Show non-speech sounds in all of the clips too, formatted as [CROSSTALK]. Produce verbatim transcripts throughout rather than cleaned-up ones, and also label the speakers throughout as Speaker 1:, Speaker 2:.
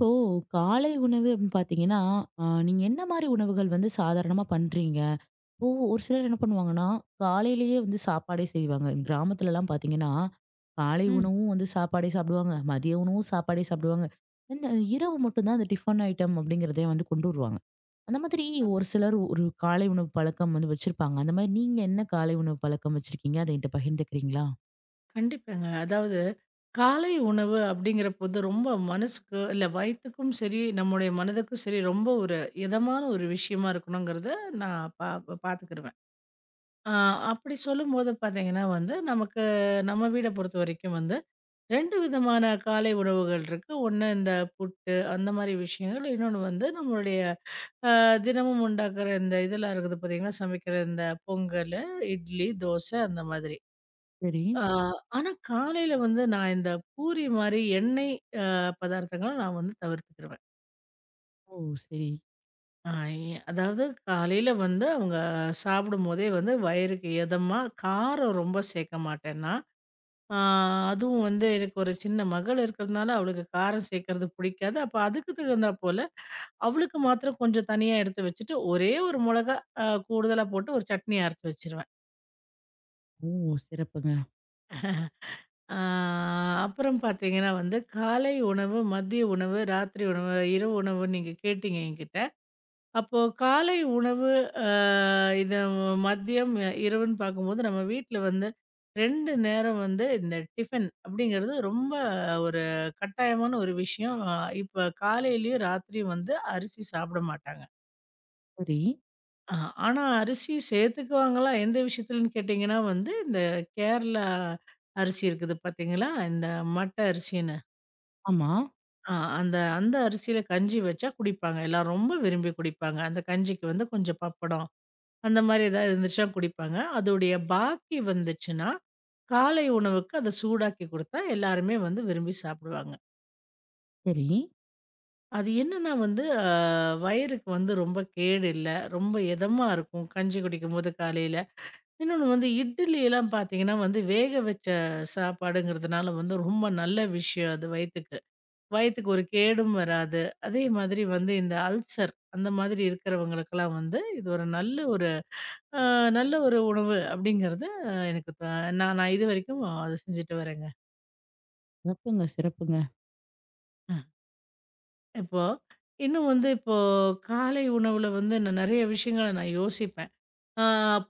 Speaker 1: இப்போ காலை உணவு அப்படின்னு பாத்தீங்கன்னா, அ நீங்க என்ன மாரி உணவுகள் வந்து சாதாரணமா பண்றீங்க? இப்போ ஒரு சிலர் என்ன பண்ணுவாங்கன்னா, காலையிலேயே வந்து சாப்பாடே செய்வாங்க. கிராமத்துலலாம் பாத்தீங்கன்னா, காலை
Speaker 2: ம்.
Speaker 1: உணவும் வந்து சாப்பாடே சாப்பிடுவாங்க. மதிய உணவும் சாப்பாடே சாப்பிடுவாங்க. இந்த இரவு மட்டும் தான் அந்த டிஃபன் ஐட்டம் அப்படிங்கிறதே வந்து கொண்டு வருவாங்க. அந்த மாதிரி
Speaker 2: ஆமா.
Speaker 1: ஒரு சிலர் ஒரு காலை உணவு பழக்கம் வந்து வச்சிருப்பாங்க. அந்த மாதிரி நீங்க என்ன காலை உணவு பழக்கம் வச்சிருக்கீங்க? அத என்கிட்ட பகிர்ந்துக்கிறீங்களா?
Speaker 2: கண்டிப்பாங்க. அதாவது காலை உணவு அப்படிங்கிறபோது ரொம்ப மனசுக்கு இல்ல வயித்துக்கும் சரி, நம்முடைய மனதுக்கும் சரி ரொம்ப ஒரு இதமான ஒரு விஷயமா இருக்கணுங்கிறத நான் பா பாத்துக்கிடுவேன். ஆ அப்படி சொல்லும்போது பாத்தீங்கன்னா வந்து, நமக்கு நம்ம வீட பொறுத்த வரைக்கும் வந்து இரண்டு விதமான காலை உணவுகள் இருக்கு. ஒண்ணு இந்த புட்டு அந்த மாரி விஷயங்கள். இன்னொன்னு வந்து நம்மளுடைய அ தினமும் உண்டாக்குற இந்த இதெல்லாம் இருக்குது பாத்தீங்கன்னா, சமைக்கிற இந்த பொங்கலு, இட்லி, தோசை அந்த மாதிரி.
Speaker 1: சரி.
Speaker 2: ஆ, ஆனா காலையில வந்து நான் இந்த பூரி மாரி எண்ணெய் அ பதார்த்தங்கள நான் வந்து தவிர்த்துக்கிருவேன்.
Speaker 1: ஓ! சரி.
Speaker 2: ஆ எ அதாவது காலையில வந்து அவங்க சாப்பிடும்போதே வந்து வயிறுக்கு எதமா, காரம் ரொம்ப சேர்க்க மாட்டேன் நான். ஆ அதுவும் வந்து எனக்கு ஒரு சின்ன மகள் இருக்கிறதுனால அவளுக்கு காரம் சேர்க்கறது புடிக்காது. அப்ப அதுக்கு தகுந்தா போல அவளுக்கு மாத்திரம் கொஞ்சம் தனியா எடுத்து வச்சுட்டு, ஒரே ஒரு மொளகா அ கூடுதலா போட்டு ஒரு சட்னி அரைச்சு வச்சுருவேன்.
Speaker 1: ஓ! சிறப்புங்க.
Speaker 2: ஆ, அப்புறம் பார்த்தீங்கன்னா வந்து, காலை உணவு, மதிய உணவு, ராத்திரி உணவு, இரவு உணவு நீங்க கேட்டீங்க என்கிட்ட. அப்போ காலை உணவு அ இது மதியம், அஹ் இரவுன்னு பார்க்கும்போது நம்ம வீட்ல வந்து இரண்டு நேரம் வந்து இந்த டிஃபன் அப்படிங்கிறது ரொம்ப ஒரு கட்டாயமான ஒரு விஷயம். அ இப்ப காலையிலயும், ராத்திரியும் வந்து அரிசி சாப்பிட மாட்டாங்க.
Speaker 1: சரி.
Speaker 2: அ ஆனா அரிசி சேர்த்துக்குவாங்களா எந்த விஷயத்துலன்னு கேட்டீங்கன்னா வந்து, இந்த கேரளா அரிசி இருக்குது பார்த்தீங்களா? இந்த மட்ட அரிசின்னு.
Speaker 1: ஆமா.
Speaker 2: ஆ அந்த அந்த அரிசியில கஞ்சி வச்சா குடிப்பாங்க. எல்லாரும் ரொம்ப விரும்பி குடிப்பாங்க. அந்த கஞ்சிக்கு வந்து கொஞ்சம் பப்படம், அந்த மாரி ஏதாவது இருந்துச்சுன்னா குடிப்பாங்க. அதோடைய பாக்கி வந்துச்சுன்னா, காலை உணவுக்கு அத சூடாக்கி குடுத்தா எல்லாருமே வந்து விரும்பி சாப்பிடுவாங்க.
Speaker 1: சரி.
Speaker 2: அது என்னன்னா வந்து அ வயிறுக்கு வந்து ரொம்ப கேடு இல்ல. ரொம்ப எதமா இருக்கும் கஞ்சி குடிக்கும்போது காலையில. இன்னொன்னு வந்து இட்லி எல்லாம் பார்த்தீங்கன்னா வந்து வேக வச்ச சாப்பாடுங்கிறதுனால வந்து ரொம்ப நல்ல விஷயம் அது வயித்துக்கு. வயத்துக்கு ஒரு கேடும் வராது. அதே மாதிரி வந்து இந்த அல்சர் அந்த மாதிரி இருக்கிறவங்களுக்கெல்லாம் வந்து இது ஒரு நல்ல ஒரு அ நல்ல ஒரு உணவு அப்படிங்கிறது அஹ், எனக்கு இப்ப நான் நான் இதுவரைக்கும் அத செஞ்சுட்டு வரேங்க.
Speaker 1: சிறப்புங்க, சிறப்புங்க.
Speaker 2: இப்போ இன்னும் வந்து இப்போ காலை உணவுல வந்து நான் நெறைய விஷயங்கள நான் யோசிப்பேன். ஆ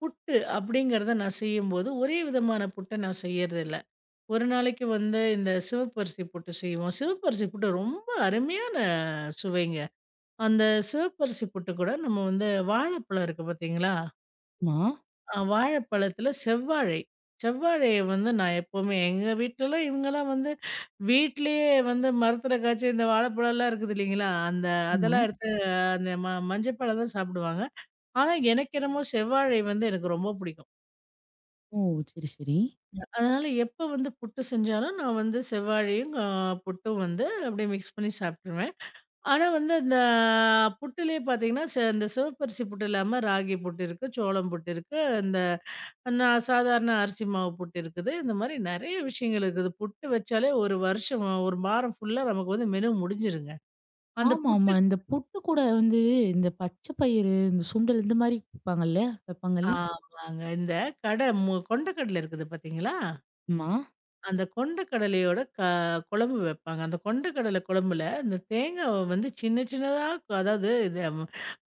Speaker 2: புட்டு அப்படிங்கிறத நான் செய்யும்போது ஒரே விதமான புட்ட நான் செய்யறதில்ல. ஒரு நாளைக்கு வந்து இந்த சிவப்பரிசி புட்டு செய்வோம். சிவப்பரிசி புட்டு ரொம்ப அருமையான சுவைங்க. அந்த சிவப்பரிசி புட்டு கூட நம்ம வந்து வாழைப்பழம் இருக்கு பார்த்தீங்களா?
Speaker 1: ஆமா.
Speaker 2: அ வாழைப்பழத்தில செவ்வாழை. செவ்வாழைய வந்து நான் எப்பவுமே எங்க வீட்லலாம் இவங்கலாம் வந்து வீட்லயே வந்து மரத்தில காய்ச்ச இந்த வாழைப்பழம்லாம் இருக்குது இல்லைங்களா? அந்த
Speaker 1: ஆமா.
Speaker 2: அதெல்லாம் எடுத்து அஹ், அந்த ம மஞ்சப்பால தான் சாப்பிடுவாங்க. ஆனா எனக்கு என்னமோ செவ்வாழை வந்து எனக்கு ரொம்ப பிடிக்கும்.
Speaker 1: ஓ! சரி, சரி.
Speaker 2: அதனால எப்ப வந்து புட்டு செஞ்சாலும் நான் வந்து செவ்வாழையும் அ புட்டும் வந்து அப்படியே மிக்ஸ் பண்ணி சாப்ட்டுருவேன். ஆனா வந்து அந்த புட்டுலயே பார்த்தீங்கன்னா, ச இந்த சிவப்பரிசி புட்டு இல்லாம ராகி புட்டு இருக்கு, சோளம் புட்டு இருக்கு, இந்த நான் சாதாரண அரிசி மாவு புட்டு இருக்குது. இந்த மாரி நெறைய விஷயங்கள் இருக்குது. புட்டு வச்சாலே ஒரு வருஷம், ஒரு வாரம் ஃபுல்லா நமக்கு வந்து மெனு முடிஞ்சிருங்க. அந்த
Speaker 1: ஆமா,
Speaker 2: புட்டு
Speaker 1: ஆமா. இந்த புட்டு கூட வந்து இந்த பச்சை பயிறு, இந்த சுண்டல் இந்த மாரி குடுப்பாங்கல்ல? வைப்பாங்கல்ல?
Speaker 2: ஆமாங்க. இந்த கட மு கொண்ட கடல இருக்குது பார்த்தீங்களா?
Speaker 1: ஆமா.
Speaker 2: அந்த கொண்ட கடலையோட க குழம்பு வைப்பாங்க. அந்த கொண்ட கடலை குழம்புல, இந்த தேங்காவ வந்து சின்ன சின்னதா கு- அதாவது இது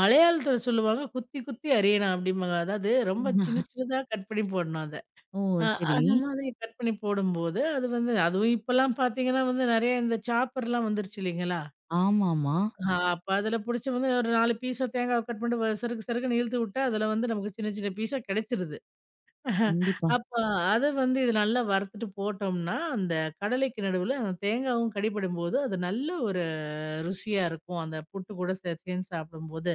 Speaker 2: மலையாளத்தில சொல்லுவாங்க, "குத்தி குத்தி அரியணும்" அப்படிம்பாங்க. அதாவது ரொம்ப சின்ன சின்னதா கட் பண்ணி போடணும் அத.
Speaker 1: ஓ!
Speaker 2: அ
Speaker 1: சரி.
Speaker 2: அந்த மாதிரி கட் பண்ணி போடும்போது, அது வந்து அதுவும் இப்பலாம் பார்த்தீங்கன்னா வந்து நெறைய இந்த சாப்பர்லாம் வந்துருச்சு இல்லைங்களா?
Speaker 1: ஆமாமா.
Speaker 2: ஆ அப்ப அதில புடிச்சு வந்து ஒரு நாலு பீஸா தேங்காவ கட் பண்ணிட்டு வ- சறுக்கு சறுக்குன்னு இழுத்து விட்டா, அதில வந்து நமக்கு சின்ன சின்ன பீஸா கிடைச்சிருது.
Speaker 1: கண்டிப்பா.
Speaker 2: அப்ப அத வந்து இது நல்லா வறுத்துட்டு போட்டோம்னா, அந்த கடலைக்கு நடுவுல அந்த தேங்காவும் கடிப்படும்போது, அது நல்ல ஒரு ருசியா இருக்கும். அந்த புட்டு கூட சேர்த்துன்னு சாப்பிடும்போது,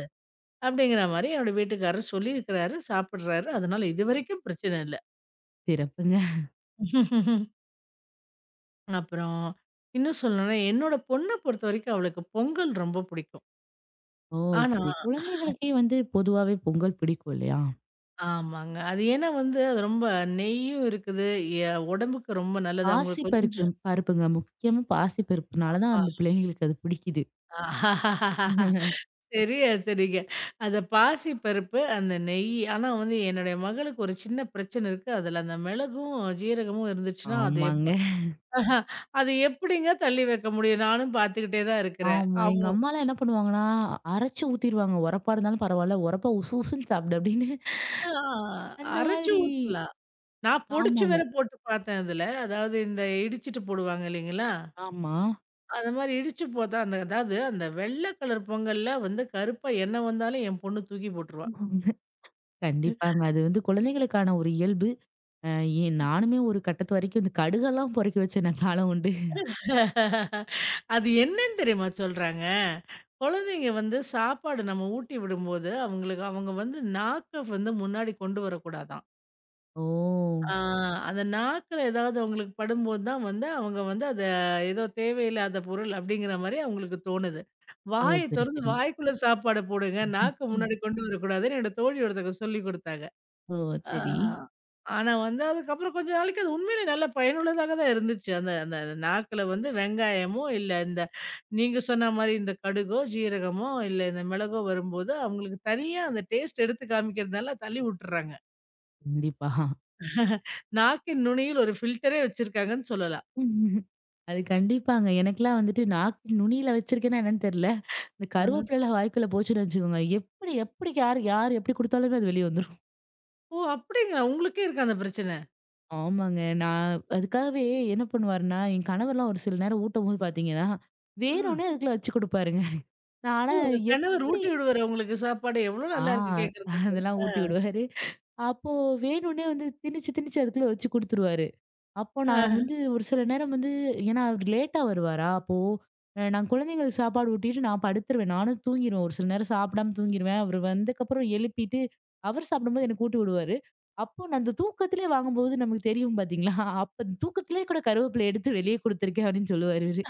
Speaker 2: அப்படிங்கிற மாரி என்னோட வீட்டுக்காரர் சொல்லியிருக்கிறாரு, சாப்பிடுறாரு. அதனால இதுவரைக்கும் பிரச்சனை இல்ல.
Speaker 1: சிறப்புங்க.
Speaker 2: [LAUGHS] அப்புறம் இன்னும் சொல்லணும்னா, என்னோட பொண்ண பொறுத்தவரைக்கும் அவளுக்கு பொங்கல் ரொம்ப பிடிக்கும்.
Speaker 1: ஓ!
Speaker 2: ஆனா
Speaker 1: சரி. குழந்தைகளுக்கே வந்து பொதுவாவே பொங்கல் பிடிக்கும் இல்லையா?
Speaker 2: ஆமாங்க. அது ஏன்னா வந்து அது ரொம்ப நெய்யும் இருக்குது. எ உடம்புக்கு ரொம்ப நல்லது.
Speaker 1: பாசி
Speaker 2: அவங்களுக்கு
Speaker 1: பருக்கு
Speaker 2: கொஞ்சம்
Speaker 1: பருப்புங்க. முக்கியமா பாசி பருப்புனால தான் அந்த பிள்ளைங்களுக்கு அது பிடிக்குது.
Speaker 2: சரியா சரிங்க. அந்த பாசி பருப்பு, அந்த நெய் ஆனா வந்து என்னுடைய மகளுக்கு ஒரு சின்ன பிரச்சனை இருக்கு. அதுல அந்த மிளகும், ஜீரகமும் இருந்துச்சுன்னா, அது
Speaker 1: ஆமாங்க.
Speaker 2: எப்ப ஆஹா அது எப்படிங்க தள்ளி வைக்க முடியும்? நானும் பார்த்துக்கிட்டே தான் இருக்கிறேன்.
Speaker 1: ஆமா.
Speaker 2: அவ
Speaker 1: எங்க அம்மாலாம் என்ன பண்ணுவாங்கன்னா, அரைச்சு ஊத்திருவாங்க. உரப்பா இருந்தாலும் பரவால்ல. உரப்பா உசு உசுன்னு சாப்பிடு அப்படின்னு.
Speaker 2: ஆ
Speaker 1: அந்த
Speaker 2: அரைச்சு
Speaker 1: மாதிரி.
Speaker 2: ஊத்தலாம். நான் பொடிச்சு வேற
Speaker 1: ஆமாமா.
Speaker 2: போட்டு பார்த்தேன் அதுல. அதாவது இந்த இடிச்சுட்டு போடுவாங்க இல்லைங்களா?
Speaker 1: ஆமா.
Speaker 2: அந்த மாரி இடிச்சு போட்டா அந்த அதாவது அந்த வெள்ள கலர் பொங்கல்ல வந்து கருப்பா என்ன வந்தாலும் என் பொண்ணு தூக்கி போட்டுருவா.
Speaker 1: கண்டிப்பாங்க. அது வந்து குழந்தைகளுக்கான ஒரு இயல்பு. அ ஏன் நானுமே ஒரு கட்டத்து வரைக்கும் இந்த கடுகெல்லாம் பொறிக்க வச்ச நான் காலம் உண்டு.
Speaker 2: அது என்னன்னு தெரியுமா சொல்றாங்க? குழந்தைங்க வந்து சாப்பாடு நம்ம ஊட்டி விடும்போது, அவங்களுக்கு அவங்க வந்து நாக்க வந்து முன்னாடி கொண்டு வரக்கூடாதாம்.
Speaker 1: ஓ!
Speaker 2: ஆ அந்த நாக்குல ஏதாவது அவங்களுக்கு படும்போது தான் வந்து, அவங்க வந்து அத ஏதோ தேவையில்லாத பொருள் அப்படிங்கிற மாரி அவங்களுக்கு தோணுது.
Speaker 1: ஓ!
Speaker 2: வாய
Speaker 1: சரி,
Speaker 2: தொறந்து
Speaker 1: சரி.
Speaker 2: வாய்க்குள்ள சாப்பாட போடுங்க. நாக்க
Speaker 1: ம்.
Speaker 2: முன்னாடி கொண்டு வரக்கூடாதுன்னு என்னோட தோழி ஒருத்தங்க சொல்லிக் குடுத்தாங்க.
Speaker 1: ஓ!
Speaker 2: ஆ.
Speaker 1: சரி.
Speaker 2: ஆனா வந்து அதுக்கப்புறம் கொஞ்ச நாளைக்கு அது உண்மையிலே நல்ல பயனுள்ளதாக தான் இருந்துச்சு. அந்த அந்த அந்த நாக்குல வந்து வெங்காயமோ, இல்ல இந்த நீங்க சொன்ன மாரி இந்த கடுகோ, ஜீரகமோ, இல்ல இந்த மிளகோ வரும்போது, அவங்களுக்கு தனியா அந்த டேஸ்ட் எடுத்து காமிக்கிறதுனால தள்ளி விட்டுர்றாங்க.
Speaker 1: கண்டிப்பா.
Speaker 2: நாக்கின் நுனியில் ஒரு ஃபில்டரே வச்சிருக்காங்கன்னு சொல்லலாம்.
Speaker 1: ம். அது [LAUGHS] கண்டிப்பாங்க. எனக்கெல்லாம் வந்துட்டு நாக்கு நுனியில வச்சிருக்கேன்னா என்னன்னு தெரியல. இந்த
Speaker 2: ம்.
Speaker 1: கருவேப்பிலலாம் வாய்க்குள்ள போச்சுன்னு வச்சுக்கோங்க. எப்படி எப்படி யார் யார் எப்படி குடுத்தாலுமே அது வெளிய வந்துரும்.
Speaker 2: ஓ! அப்படிங்களா? உங்களுக்கே இருக்கா அந்த பிரச்சன?
Speaker 1: ஆமாங்க. நான் அதுக்காகவே என்ன பண்ணுவாருன்னா, என் கணவர்லாம் ஒரு சில நேரம் ஊட்டும்போது பார்த்தீங்கன்னா,
Speaker 2: ம்.
Speaker 1: வேணும்னே அதுக்குள்ள வச்சு குடுப்பாருங்க. நான்
Speaker 2: ஓ!
Speaker 1: ஆனா
Speaker 2: உங்க கணவர்
Speaker 1: எப்படி
Speaker 2: ஊட்டி விடுவாரு உங்களுக்கு சாப்பாடு. எவ்வளோ
Speaker 1: ஆ
Speaker 2: நல்லா இருக்கு கேட்கறதுக்கு.
Speaker 1: அதெல்லாம்
Speaker 2: ஆ.
Speaker 1: ஊட்டி விடுவாரு. அப்போ வேணும்னே வந்து திணிச்சு, திணிச்சு அதுக்குள்ள வச்சு குடுத்துருவாரு. அப்போ
Speaker 2: ஆ.
Speaker 1: நான் வந்து ஒரு சில நேரம் வந்து ஏன்னா அவர் லேட்டா வருவாரா, அப்போ அ நான் குழந்தைங்களுக்கு சாப்பாடு ஊட்டிட்டு நான் படுத்துருவேன். நானும் தூங்கிருவேன். ஒரு சில நேரம் சாப்பிடாம தூங்கிருவேன். அவரு வந்தக்கப்புறம் எழுப்பிட்டு, அவர் சாப்பிடும்போது எனக்கு ஊட்டி விடுவாரு. அப்போ நான் அந்த தூக்கத்திலே வாங்கும்போது நமக்கு தெரியும் பார்த்தீங்களா? அப்ப தூக்கத்திலேயே கூட கருவேப்பிலை எடுத்து வெளியே குடுத்துருக்கேன் அப்படின்னு சொல்லுவாரு இவரு.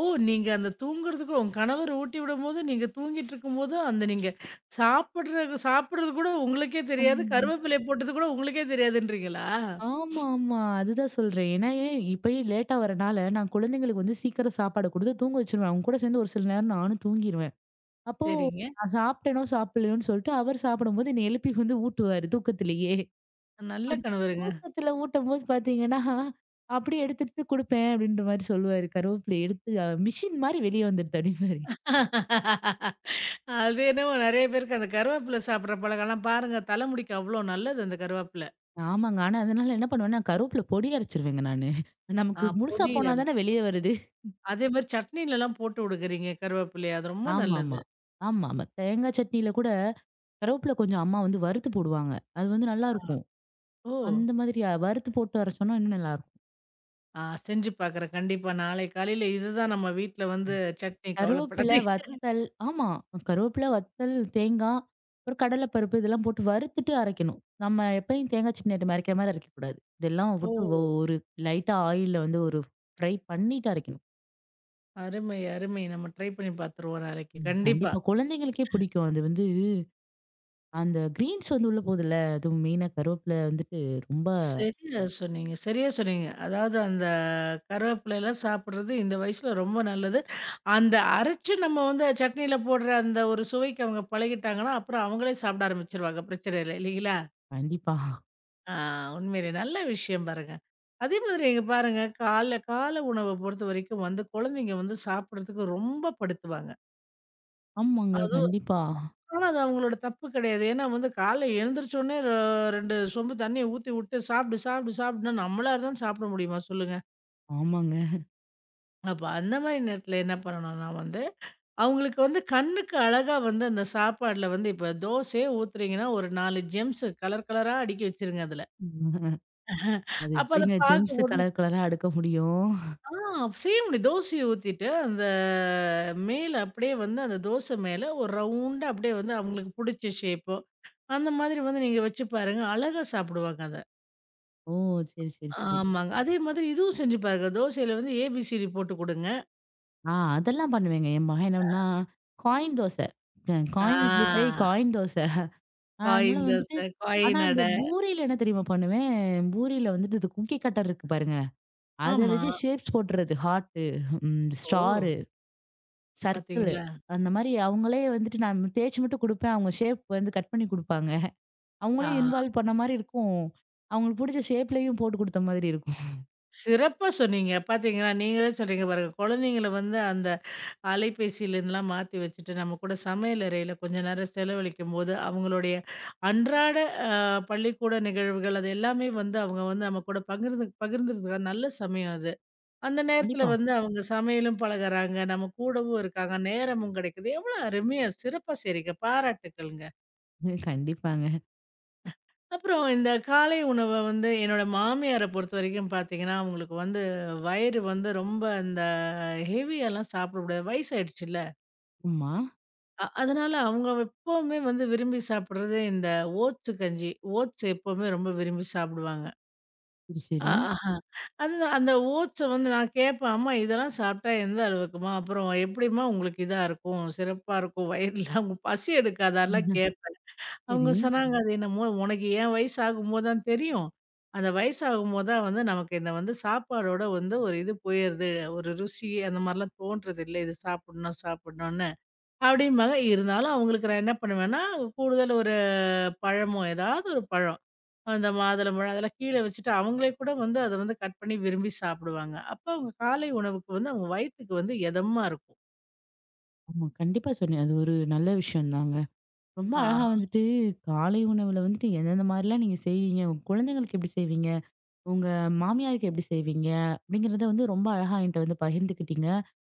Speaker 2: ஓ! நீங்க அந்த தூங்குறதுக்கு உங்க கணவர் ஊட்டி விடும்போது, நீங்க தூங்கிட்டு இருக்கும்போது, அந்த நீங்க சாப்பிடுற சாப்பிடுறது கூட உங்களுக்கே தெரியாது.
Speaker 1: ம்.
Speaker 2: கருவேப்பிலை போட்டது கூட உங்களுக்கே தெரியாதுன்றீங்களா?
Speaker 1: ஆமா, ஆமா. அதுதான் சொல்றேன். ஏன்னா ஏன் இப்பயே லேட்டா வரனால நான் குழந்தைங்களுக்கு வந்து சீக்கிரம் சாப்பாடு குடுத்து தூங்க வச்சுருவேன். அவங்க கூட சேர்ந்து ஒரு சில நேரம் நானும் தூங்கிருவேன். அப்போ
Speaker 2: சரிங்க.
Speaker 1: நான் சாப்பிட்டேனோ! சாப்பிடலையோன்னு சொல்லிட்டு, அவர் சாப்பிடும்போது என்ன எழுப்பி வந்து ஊட்டுவாரு தூக்கத்திலேயே.
Speaker 2: நல்ல
Speaker 1: அடி
Speaker 2: கணவருங்க.
Speaker 1: தூக்கத்தில ஊட்டும்போது பார்த்தீங்கன்னா, அப்படியே எடுத்து எடுத்து குடுப்பேன் அப்படின்ற மாரி சொல்லுவாரு. கருவேப்பிலைய எடுத்து அ மிஷின் மாரி வெளிய வந்துடுது அப்படிம்பாரு.
Speaker 2: அது என்னமோ நெறைய பேருக்கு அந்த கருவேப்பிலை சாப்பிடுற பழக்கம்லாம் பாருங்க, தலைமுடிக்கு அவ்ளோ நல்லது அந்த கருவேப்பிலை.
Speaker 1: ஆமாங்க. ஆனா அதனால என்ன பண்ணுவேன்னா, கருவேப்பில பொடி அரைச்சுருவேங்க நானு.
Speaker 2: ஆ
Speaker 1: நமக்கு முழுசா
Speaker 2: பொடி
Speaker 1: போனா தானே
Speaker 2: அரைச்சு.
Speaker 1: வெளிய வருது.
Speaker 2: அதே மாரி சட்னிலலாம் போட்டு விடுக்குறீங்க கருவேப்பிலைய. அது ரொம்ப நல்லது.
Speaker 1: ஆமாமா. ஆமாமா. தேங்காய் சட்னியில கூட கருவேப்பில கொஞ்சம் அம்மா வந்து வறுத்து போடுவாங்க. அது வந்து நல்லாருக்கும்.
Speaker 2: ஓ!
Speaker 1: அந்த மாதிரி அ வறுத்து போட்டு அரைச்சோம்னா இன்னும் நல்லாருக்கும்.
Speaker 2: ஆ செஞ்சு பாக்குறேன். கண்டிப்பா நாளை காலையில இதுதான் நம்ம வீட்ல வந்து சட்னி
Speaker 1: கருவேப்பில,
Speaker 2: கவலைப்படாதீங்க.
Speaker 1: வத்தல். ஆமா. கருவேப்பில, வத்தல், தேங்காய், அப்புறம் கடலை பருப்பு இதெல்லாம் போட்டு வறுத்துட்டு அரைக்கணும். நம்ம எப்பயும் தேங்காய் சின்னதும் அரைக்கிற மாரி அரைக்கக்கூடாது. இதெல்லாம்
Speaker 2: ஓ!
Speaker 1: விட்டு ஒ ஒரு லைட்டா ஆயில்ல வந்து ஒரு ஃப்ரை பண்ணிட்டு அரைக்கணும்.
Speaker 2: அருமை, அருமை. நம்ம ட்ரை பண்ணி பார்த்துருவோம் நாளைக்கு.
Speaker 1: ம்.
Speaker 2: கண்டிப்பா.
Speaker 1: கண்டிப்பா. குழந்தைங்களுக்கே பிடிக்கும். அது வந்து அந்த கிரீன்ஸ் வந்து உள்ள போகுதுல்ல, அதுவும் மெயினா கருவேப்பில வந்துட்டு ரொம்ப
Speaker 2: சரியா சொன்னீங்க, சரியா சொன்னீங்க. அதாவது அந்த கருவேப்பிலைலாம் சாப்பிடுறது இந்த வயசுல ரொம்ப நல்லது. அந்த அரைச்சு நம்ம வந்து சட்னியில போடுற அந்த ஒரு சுவைக்கு அவங்க பழகிட்டாங்கன்னா, அப்புறம் அவங்களே சாப்பிட ஆரம்பிச்சுருவாங்க. பிரச்சனை இல்ல. இல்லைங்களா?
Speaker 1: கண்டிப்பா.
Speaker 2: ஆ உண்மையிலே நல்ல விஷயம் பாருங்க. அதே மாதிரி இங்க பாருங்க, கால்ல காலை உணவ பொறுத்தவரைக்கும் வந்து குழந்தைங்க வந்து சாப்பிடுறதுக்கு ரொம்ப படுத்துவாங்க.
Speaker 1: ஆமாங்க.
Speaker 2: அதுவும்
Speaker 1: கண்டிப்பா.
Speaker 2: ஆனா, அது அவங்களோட தப்பு கிடையாது. ஏன்னா வந்து காலைல எழுந்திரிச்ச உடனே ர இரண்டு சொம்பு தண்ணிய ஊத்தி விட்டு, சாப்பிடு, சாப்பிடு, சாப்பிடுன்னா நம்மளா இருந்தாலும் சாப்பிட முடியுமா சொல்லுங்க?
Speaker 1: ஆமாங்க.
Speaker 2: அப்ப அந்த மாரி நேரத்துல என்ன பண்ணணும்னா வந்து, அவங்களுக்கு வந்து கண்ணுக்கு அழகா வந்து அந்த சாப்பாடுல வந்து இப்ப தோசையே ஊத்துறீங்கன்னா, ஒரு நாலு ஜெம்ஸ் கலர் கலரா அடுக்கி வச்சிருங்க அதுல.
Speaker 1: [LAUGHS] அது
Speaker 2: அப்ப அத
Speaker 1: எப்படிங்க ஜெம்ஸ்
Speaker 2: பார்க்கும்போது
Speaker 1: கலர் கலரா அடுக்க முடியும்?
Speaker 2: ஆ செய்ய முடியும். தோசைய ஊத்திட்டு, அந்த மேல அப்படியே வந்து அந்த தோசை மேல ஒரு ரவுண்டா அப்படியே வந்து அவங்களுக்கு புடிச்ச ஷேப்போ அந்த மாதிரி வந்து நீங்க வச்சு பாருங்க. அழகா சாப்பிடுவாங்க அத.
Speaker 1: ஓ! சரி, சரி, சரி.
Speaker 2: ஆமாங்க. அதே மாதிரி இதுவும் செஞ்சு பாருங்க. தோசையில வந்து ஏபிசிடி போட்டு குடுங்க.
Speaker 1: ஆ அதெல்லாம் பண்ணுவேங்க. என் மகன் என்னன்னா, காயின் தோசை. அ காயின் இட்லி போய்
Speaker 2: ஆ
Speaker 1: காயின் தோசை. அதனால
Speaker 2: காயின்
Speaker 1: வந்துட்டு
Speaker 2: தோசை,
Speaker 1: ஆனா
Speaker 2: காயின்
Speaker 1: இந்த
Speaker 2: அடை.
Speaker 1: பூரியில என்ன தெரியுமா பண்ணுவேன்? பூரியில வந்துட்டு இது குக்கி கட்டர் இருக்கு பாருங்க. அத
Speaker 2: ஆமா.
Speaker 1: வச்சு ஷேப்ஸ் போட்டுறது. ஹார்ட்டு, ம்
Speaker 2: ஓ!
Speaker 1: Star, circle.
Speaker 2: பார்த்தீங்களா?
Speaker 1: அந்த மாரி அவங்களே வந்துட்டு நான் தேய்ச்சு மட்டும் குடுப்பேன். அவங்க ஷேப் வந்து கட் பண்ணி குடுப்பாங்க.
Speaker 2: ஆ
Speaker 1: அவங்களையும் இன்வால்வ் பண்ண மாரி இருக்கும். அவங்களுக்கு புடிச்ச ஷேப்லயும் போட்டு குடுத்த மாதிரி இருக்கும்.
Speaker 2: சிறப்பா சொன்னீங்க. பார்த்தீங்களா? நீங்களே சொல்றீங்க பாருங்க. குழந்தைங்கள வந்து அந்த அலைபேசியிலருந்துலாம் மாத்தி வச்சுட்டு, நம்ம கூட சமையல் அறையில கொஞ்ச நேரம் செலவழிக்கும்போது, அவங்களுடைய அன்றாட அ பள்ளிக்கூட நிகழ்வுகள் அது எல்லாமே வந்து அவங்க வந்து நம்ம கூட பகிர்ந்து பகிர்ந்துக்கிறதுக்கான நல்ல சமயம் அது. அந்த நேரத்துல
Speaker 1: கண்டிப்பா.
Speaker 2: வந்து அவங்க சமையலும் பழகுறாங்க, நம்ம கூடவும் இருக்காங்க, நேரமும் கிடைக்குது. எவ்வளோ அருமையா சிறப்பா செய்றீங்க. பாராட்டுக்கள்ங்க.
Speaker 1: உம், கண்டிப்பாங்க.
Speaker 2: அப்புறம் இந்த காலை உணவ வந்து என்னோட மாமியார பொறுத்தவரைக்கும் பார்த்தீங்கன்னா, அவங்களுக்கு வந்து வயிறு வந்து ரொம்ப இந்த ஹெவியாலாம் சாப்பிட முடியாது. வயசாயிடுச்சுல்ல.
Speaker 1: ஆமா.
Speaker 2: அ அதனால அவங்க எப்பவுமே வந்து விரும்பி சாப்பிடுறது இந்த ஓட்ஸு கஞ்சி. ஓட்ஸ் எப்பவுமே ரொம்ப விரும்பி சாப்பிடுவாங்க.
Speaker 1: சரி,
Speaker 2: ஆ,
Speaker 1: சரி.
Speaker 2: ஆஹா. அதுதான் அந்த ஓட்ஸ வந்து நான் கேட்பேன், "அம்மா இதெல்லாம் சாப்பிட்டா எந்த அளவுக்கும்மா? அப்புறம் எப்படிம்மா உங்களுக்கு இதா இருக்கும்? சிறப்பா இருக்கும் வயிறுலாம்? உங்க பசி
Speaker 1: [LAUGHS]
Speaker 2: எடுக்காதாலாம்?"
Speaker 1: உம்,
Speaker 2: கேட்பேன். அவங்க
Speaker 1: சரி.
Speaker 2: சொன்னாங்க, "அது என்னமோ உனக்கு என் வயசு ஆகும்போது தான் தெரியும். அந்த வயசாகும்போது தான் வந்து நமக்கு இந்த வந்து சாப்பாடோட வந்து ஒரு இது போயிருது. ஒரு ருசி அந்த மாரிலாம் தோன்றதில்ல. இது சாப்பிடணும் சாப்பிடணும்னு." அப்படிம்பாங்க. இருந்தாலும் அவங்களுக்கு நான் என்ன பண்ணுவேன்னா, கூடுதல் ஒரு பழமோ ஏதாவது ஒரு பழம். அந்த மாதுளம்பழம் அதெல்லாம் கீழ வச்சுட்டு அவங்களே கூட வந்து அத வந்து கட் பண்ணி விரும்பி சாப்பிடுவாங்க. அப்ப அவங்க காலை உணவுக்கு வந்து அவங்க வயித்துக்கு வந்து எதமா இருக்கும்.
Speaker 1: ஆமா. கண்டிப்பா சொன்னேன். அது ஒரு நல்ல விஷயம் தாங்க. ரொம்ப
Speaker 2: ஆ
Speaker 1: அழகா வந்துட்டு காலை உணவுல வந்துட்டு எந்தெந்த மாரிலாம் நீங்க செய்வீங்க? உங்க குழந்தைங்களுக்கு எப்படி செய்வீங்க? உங்க மாமியாருக்கு எப்படி செய்வீங்க? அப்படிங்கிறத வந்து ரொம்ப அழகா என்ட்ட வந்து பகிர்ந்துக்கிட்டீங்க.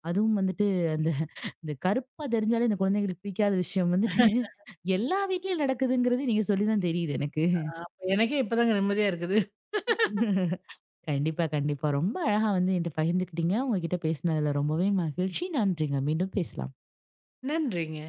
Speaker 1: அதுவும் வந்துட்டு அந்த இந்த கருப்பா தெரிஞ்சாலே இந்த குழந்தைங்களுக்கு பிடிக்காத விஷயம் வந்துட்டு எல்லா வீட்லயும் நடக்குதுங்கிறது நீங்க சொல்லி தான் தெரியுது எனக்கு.
Speaker 2: அப்ப எனக்கே இப்பதாங்க நிம்மதியா இருக்குது.
Speaker 1: கண்டிப்பா, கண்டிப்பா. ரொம்ப அழகா வந்து என்ட்ட பகிர்ந்துக்கிட்டீங்க. உங்க கிட்ட பேசினதுல ரொம்பவே மகிழ்ச்சி. நன்றிங்க. மீண்டும் பேசலாம்.
Speaker 2: நன்றிங்க.